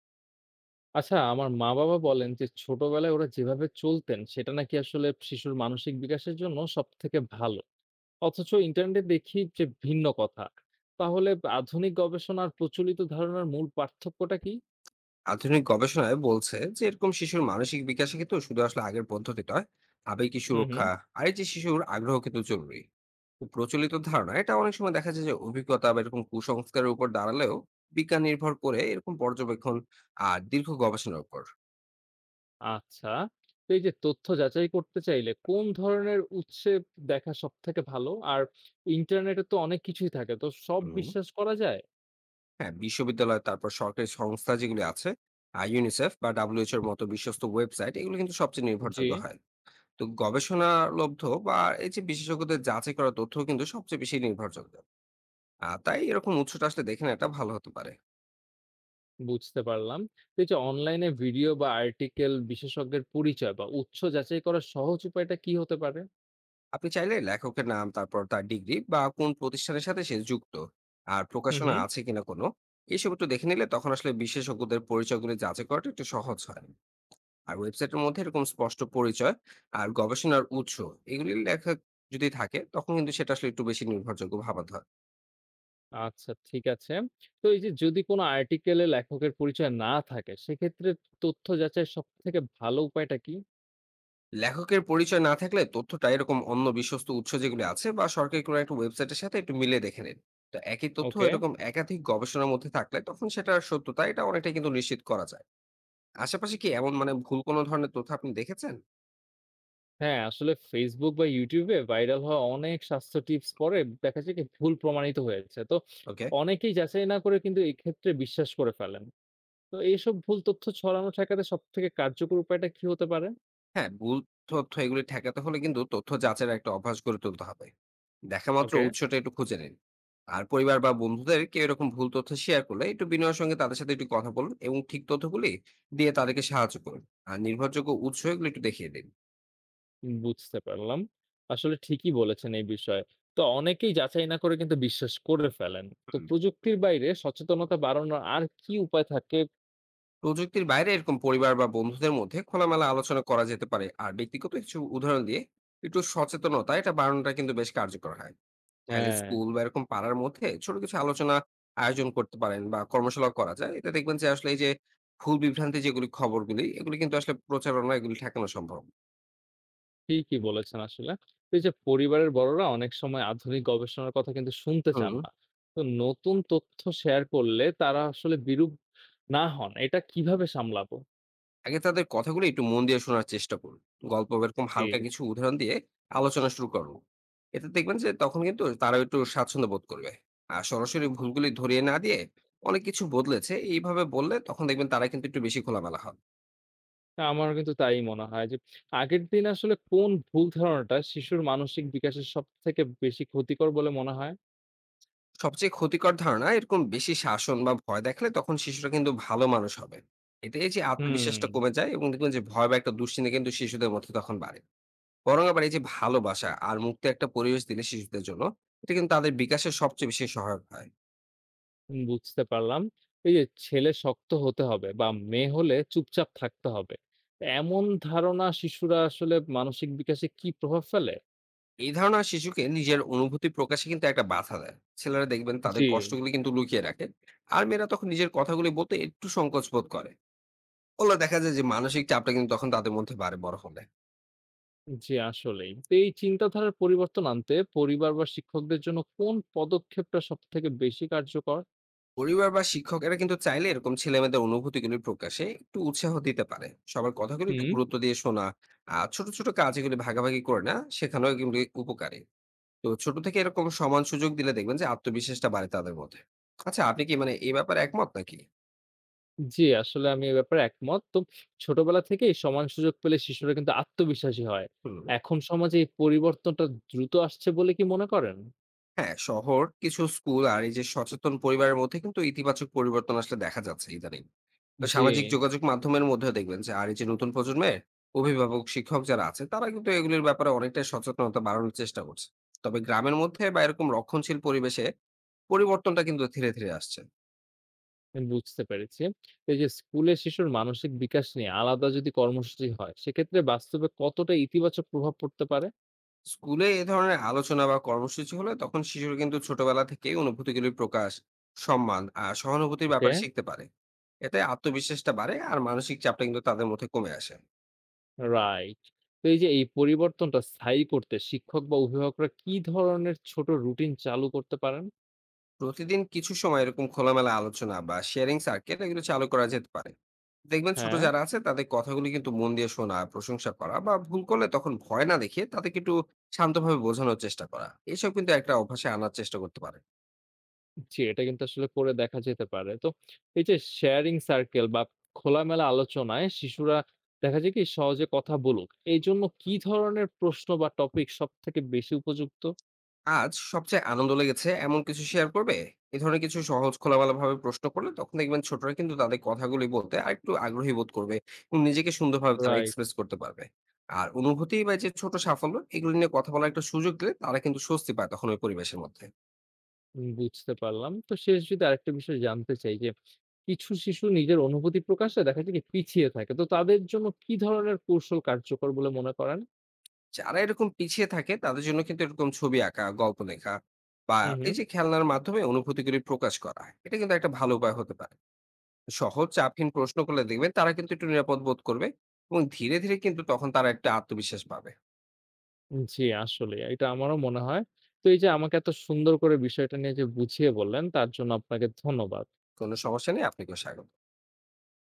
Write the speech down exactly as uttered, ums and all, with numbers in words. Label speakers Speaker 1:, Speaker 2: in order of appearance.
Speaker 1: আচ্ছা, আমার মা-বাবা বলেন যে ছোটবেলায় ওরা যেভাবে চলতেন সেটা নাকি আসলে শিশুর মানসিক বিকাশের জন্য সবথেকে ভালো। অথচ ইন্টারনেটে দেখি যে ভিন্ন কথা। তাহলে আধুনিক গবেষণার প্রচলিত ধারণার মূল পার্থক্যটা কি?
Speaker 2: আধুনিক গবেষণায় বলছে যে এরকম শিশুর মানসিক বিকাশে কিন্তু শুধু আসলে আগের পদ্ধতি নয়, আবেগী
Speaker 1: হুম, হুম।
Speaker 2: সুরক্ষা আর এই যে শিশুর আগ্রহ কিন্তু জরুরি। তো প্রচলিত ধারণা এটা অনেক সময় দেখা যায় যে অভিজ্ঞতা বা এরকম কুসংস্কারের উপর দাঁড়ালেও বিজ্ঞান নির্ভর করে এরকম পর্যবেক্ষণ আর দীর্ঘ গবেষণার উপর।
Speaker 1: আচ্ছা। তো এই যে তথ্য যাচাই করতে চাইলে কোন ধরনের উৎসে দেখা সবথেকে ভালো? আর ইন্টারনেটে তো অনেক কিছুই থাকে। তো সব
Speaker 2: হুম,
Speaker 1: বিশ্বাস করা যায়?
Speaker 2: হ্যাঁ, বিশ্ববিদ্যালয়, তারপর সরকারি সংস্থা যেগুলি আছে, আর ইউনিসেফ বা ডাব্লিউএচওর মতো বিশ্বস্ত ওয়েবসাইট এগুলো কিন্তু সবচেয়ে
Speaker 1: জি।
Speaker 2: নির্ভরযোগ্য হয়। তো গবেষণা লব্ধ বা এই যে বিশেষজ্ঞদের যাচাই করা তথ্য কিন্তু সবচেয়ে বেশি নির্ভরযোগ্য। আহ তাই এরকম উৎসটা আসলে দেখে নেওয়াটা ভালো হতে পারে।
Speaker 1: বুঝতে পারলাম। তো এই যে অনলাইনে ভিডিও বা আর্টিকেল বিশেষজ্ঞের পরিচয় বা উৎস যাচাই করার সহজ উপায়টা কি হতে পারে?
Speaker 2: আপনি চাইলে লেখকের নাম, তারপর তার ডিগ্রি বা কোন প্রতিষ্ঠানের সাথে সে যুক্ত, আর
Speaker 1: হুম,
Speaker 2: প্রকাশনা
Speaker 1: হুম।
Speaker 2: আছে কিনা কোনো, এসব একটু দেখে নিলে তখন আসলে বিশেষজ্ঞদের পরিচয়গুলি যাচাই করাটা একটু সহজ হয়। আর ওয়েবসাইটের মধ্যে এরকম স্পষ্ট পরিচয় আর গবেষণার উৎস এগুলি লেখা যদি থাকে, তখন কিন্তু সেটা আসলে একটু বেশি নির্ভরযোগ্য ভাবা হয়।
Speaker 1: আচ্ছা ঠিক আছে। তো এই যে যদি কোনো আর্টিকেলে লেখকের পরিচয় না থাকে সেক্ষেত্রে তথ্য যাচাইয়ের সবথেকে ভালো উপায়টা কি?
Speaker 2: লেখকের পরিচয় না থাকলে তথ্যটা এরকম অন্য বিশ্বস্ত উৎস যেগুলো আছে বা সরকারি কোনো একটা ওয়েবসাইটের সাথে একটু মিলে দেখে নিন। তো একই তথ্য
Speaker 1: ওকে।
Speaker 2: এরকম একাধিক গবেষণার মধ্যে থাকলে তখন সেটার সত্যতা এটা অনেকটা কিন্তু নিশ্চিত করা যায়। আশেপাশে কি এমন মানে ভুল কোনো ধরনের তথ্য আপনি দেখেছেন?
Speaker 1: হ্যাঁ, আসলে Facebook বা YouTube এ ভাইরাল হওয়া অনেক স্বাস্থ্য টিপস পরে দেখা যায় কি ভুল প্রমাণিত হয়েছে। তো
Speaker 2: ওকে।
Speaker 1: অনেকেই যাচাই না করে কিন্তু এক্ষেত্রে বিশ্বাস করে ফেলেন। তো এইসব ভুল তথ্য ছড়ানো ঠেকাতে সবথেকে কার্যকর উপায়টা কি হতে পারে?
Speaker 2: হ্যাঁ, ভুল তথ্য এগুলি ঠেকাতে হলে কিন্তু তথ্য যাচাইয়ের একটা অভ্যাস গড়ে তুলতে হবে। দেখা মাত্র
Speaker 1: ওকে।
Speaker 2: উৎসটা একটু খুঁজে নিন। আর পরিবার বা বন্ধুদের কেউ এরকম ভুল তথ্য শেয়ার করলে একটু বিনয়ের সঙ্গে তাদের সাথে একটু কথা বলুন এবং ঠিক তথ্যগুলি দিয়ে তাদেরকে সাহায্য করুন। আর নির্ভরযোগ্য উৎস এগুলো একটু দেখিয়ে দিন।
Speaker 1: বুঝতে পারলাম। আসলে ঠিকই বলেছেন এই বিষয়ে। তো অনেকেই যাচাই না করে কিন্তু বিশ্বাস করে ফেলেন। তো
Speaker 2: হুম।
Speaker 1: প্রযুক্তির বাইরে সচেতনতা বাড়ানোর আর কি উপায় থাকে?
Speaker 2: প্রযুক্তির বাইরে এরকম পরিবার বা বন্ধুদের মধ্যে খোলামেলা আলোচনা করা যেতে পারে। আর ব্যক্তিগত কিছু উদাহরণ দিয়ে একটু সচেতনতা এটা বাড়ানোটা কিন্তু বেশ কার্যকর হয়। চাইলে
Speaker 1: হ্যাঁ,
Speaker 2: স্কুল বা এরকম পাড়ার মধ্যে ছোট কিছু আলোচনা আয়োজন করতে পারেন বা কর্মশালা করা যায়। এতে দেখবেন যে আসলে এই যে ভুল বিভ্রান্তি যেগুলি খবরগুলি এগুলি কিন্তু আসলে প্রচারণা এগুলি ঠেকানো সম্ভব।
Speaker 1: ঠিকই বলেছেন আসলে। তো এই যে পরিবারের বড়রা অনেক সময় আধুনিক গবেষণার কথা কিন্তু শুনতে চান
Speaker 2: হুম।
Speaker 1: না। তো নতুন তথ্য শেয়ার করলে তারা আসলে বিরূপ না হন, এটা কিভাবে সামলাবো?
Speaker 2: আগে তাদের কথাগুলো একটু মন দিয়ে শোনার চেষ্টা করুন। গল্প বা এরকম
Speaker 1: জি,
Speaker 2: হালকা কিছু উদাহরণ দিয়ে আলোচনা শুরু করুন। এতে দেখবেন যে তখন কিন্তু তারাও একটু স্বাচ্ছন্দ্য বোধ করবে। আর সরাসরি ভুলগুলি ধরিয়ে না দিয়ে অনেক কিছু বদলেছে এইভাবে বললে তখন দেখবেন তারা কিন্তু একটু বেশি খোলামেলা হবে।
Speaker 1: আমারও কিন্তু তাই মনে হয় যে আগের দিন আসলে কোন ভুল ধারণাটা শিশুর মানসিক বিকাশের সবথেকে বেশি ক্ষতিকর বলে মনে হয়?
Speaker 2: সবচেয়ে ক্ষতিকর ধারণা এরকম বেশি শাসন বা ভয় দেখালে তখন শিশুরা কিন্তু ভালো মানুষ হবে। এতে এই যে আত্মবিশ্বাসটা
Speaker 1: হুম,
Speaker 2: কমে যায় এবং দেখবেন যে ভয় বা একটা দুশ্চিন্তা কিন্তু শিশুদের মধ্যে তখন বাড়ে। বরং আবার এই যে ভালোবাসা আর মুক্ত একটা পরিবেশ দিলে শিশুদের জন্য, এটা কিন্তু তাদের বিকাশে সবচেয়ে বেশি সহায়ক হয়।
Speaker 1: বুঝতে পারলাম। এই যে ছেলে শক্ত হতে হবে বা মেয়ে হলে চুপচাপ থাকতে হবে। এমন ধারণা শিশুরা আসলে মানসিক বিকাশে কি প্রভাব ফেলে?
Speaker 2: এই ধারণা শিশুকে নিজের অনুভূতি প্রকাশে কিন্তু একটা বাধা দেয়। ছেলেরা দেখবেন তাদের
Speaker 1: জি,
Speaker 2: কষ্টগুলি কিন্তু লুকিয়ে রাখে, আর মেয়েরা তখন নিজের কথাগুলি বলতে একটু সংকোচ বোধ করে। ওগুলো দেখা যায় যে মানসিক চাপটা কিন্তু তখন তাদের মধ্যে বাড়ে বড় হলে।
Speaker 1: জি আসলেই। তো এই চিন্তাধারার পরিবর্তন আনতে পরিবার বা শিক্ষকদের জন্য কোন পদক্ষেপটা সবথেকে বেশি কার্যকর?
Speaker 2: পরিবার বা শিক্ষকেরা কিন্তু চাইলে এরকম ছেলেমেয়েদের অনুভূতিগুলি প্রকাশে একটু উৎসাহ দিতে পারে। সবার কথাগুলো একটু
Speaker 1: হুম,
Speaker 2: গুরুত্ব দিয়ে শোনা, আর ছোট ছোট কাজ এগুলি ভাগাভাগি করে না, সেখানেও কিন্তু উপকারী। তো ছোট থেকে এরকম সমান সুযোগ দিলে দেখবেন যে আত্মবিশ্বাসটা বাড়ে তাদের মধ্যে। আচ্ছা, আপনি কি মানে এই ব্যাপারে একমত নাকি?
Speaker 1: জি আসলে আমি এ ব্যাপারে একমত। তো ছোটবেলা থেকেই সমান সুযোগ পেলে শিশুরা কিন্তু আত্মবিশ্বাসী হয়।
Speaker 2: হুম।
Speaker 1: এখন সমাজে এই পরিবর্তনটা দ্রুত আসছে বলে কি মনে করেন?
Speaker 2: হ্যাঁ, শহর কিছু স্কুল আর এই যে সচেতন পরিবারের মধ্যে কিন্তু ইতিবাচক পরিবর্তন আসলে দেখা যাচ্ছে ইদানিং। তো
Speaker 1: জি।
Speaker 2: সামাজিক যোগাযোগ মাধ্যমের মধ্যেও দেখবেন যে আর এই যে নতুন প্রজন্মের অভিভাবক, শিক্ষক যারা আছে তারা কিন্তু এগুলির ব্যাপারে অনেকটাই সচেতনতা বাড়ানোর চেষ্টা করছে। তবে গ্রামের মধ্যে বা এরকম রক্ষণশীল পরিবেশে পরিবর্তনটা কিন্তু ধীরে ধীরে আসছে।
Speaker 1: আমি বুঝতে পেরেছি। তো এই যে স্কুলে শিশুর মানসিক বিকাশ নিয়ে আলাদা যদি কর্মসূচি হয়, সেক্ষেত্রে বাস্তবে কতটা ইতিবাচক প্রভাব পড়তে পারে?
Speaker 2: স্কুলে এ ধরনের আলোচনা বা কর্মসূচি হলে তখন শিশুরা কিন্তু ছোটবেলা থেকেই অনুভূতিগুলির প্রকাশ, সম্মান আর সহানুভূতির
Speaker 1: ওকে,
Speaker 2: ব্যাপারে শিখতে পারে। এতে আত্মবিশ্বাসটা বাড়ে আর মানসিক চাপটা কিন্তু তাদের মধ্যে কমে আসে।
Speaker 1: রাইট। তো এই যে এই পরিবর্তনটা স্থায়ী করতে শিক্ষক বা অভিভাবকরা কি ধরনের ছোট রুটিন চালু করতে পারেন?
Speaker 2: প্রতিদিন কিছু সময় এরকম খোলামেলা আলোচনা বা শেয়ারিং সার্কেট এগুলো চালু করা যেতে পারে। দেখবেন ছোট
Speaker 1: হ্যাঁ,
Speaker 2: যারা আছে তাদের কথাগুলি কিন্তু মন দিয়ে শোনা, প্রশংসা করা বা ভুল করলে তখন ভয় না দেখিয়ে তাদেরকে একটু শান্তভাবে বোঝানোর চেষ্টা করা, এসব কিন্তু একটা অভ্যাসে আনার চেষ্টা করতে পারে।
Speaker 1: জি, এটা কিন্তু আসলে করে দেখা যেতে পারে। তো এই যে শেয়ারিং সার্কেল বা খোলামেলা আলোচনায় শিশুরা দেখা যায় কি সহজে কথা বলুক। এইজন্য কি ধরনের প্রশ্ন বা টপিক সবথেকে বেশি উপযুক্ত?
Speaker 2: আজ সবচেয়ে আনন্দ লেগেছে এমন কিছু শেয়ার করবে, এ ধরনের কিছু সহজ খোলামেলা ভাবে প্রশ্ন করলে তখন দেখবেন ছোটরা কিন্তু তাদের কথাগুলি বলতে আর একটু আগ্রহী বোধ করবে এবং নিজেকে সুন্দরভাবে তারা
Speaker 1: রাইট।
Speaker 2: এক্সপ্রেস করতে পারবে। আর অনুভূতি বা যে ছোট সাফল্য এগুলো নিয়ে কথা বলার একটা সুযোগ দিলে তারা কিন্তু স্বস্তি পায় তখন ওই পরিবেশের মধ্যে।
Speaker 1: উম বুঝতে পারলাম। তো শেষ যদি আরেকটা বিষয় জানতে চাই যে, কিছু শিশু নিজের অনুভূতি প্রকাশে দেখা যায় কি পিছিয়ে থাকে। তো তাদের জন্য কি ধরনের কৌশল কার্যকর বলে মনে করেন?
Speaker 2: যারা এরকম পিছিয়ে থাকে তাদের জন্য কিন্তু এরকম ছবি আঁকা, গল্প লেখা বা
Speaker 1: হু, হু।
Speaker 2: এই যে খেলনার মাধ্যমে অনুভূতিগুলি প্রকাশ করা, এটা কিন্তু একটা ভালো উপায় হতে পারে। সহজ চাপহীন প্রশ্ন করলে দেখবেন তারা কিন্তু একটু নিরাপদ বোধ করবে এবং ধীরে ধীরে কিন্তু তখন তারা একটা আত্মবিশ্বাস পাবে।
Speaker 1: জি, আসলে এটা আমারও মনে হয়। তো এই যে আমাকে এত সুন্দর করে বিষয়টা নিয়ে যে বুঝিয়ে বললেন তার জন্য আপনাকে ধন্যবাদ।
Speaker 2: কোনো সমস্যা নেই, আপনাকেও স্বাগত।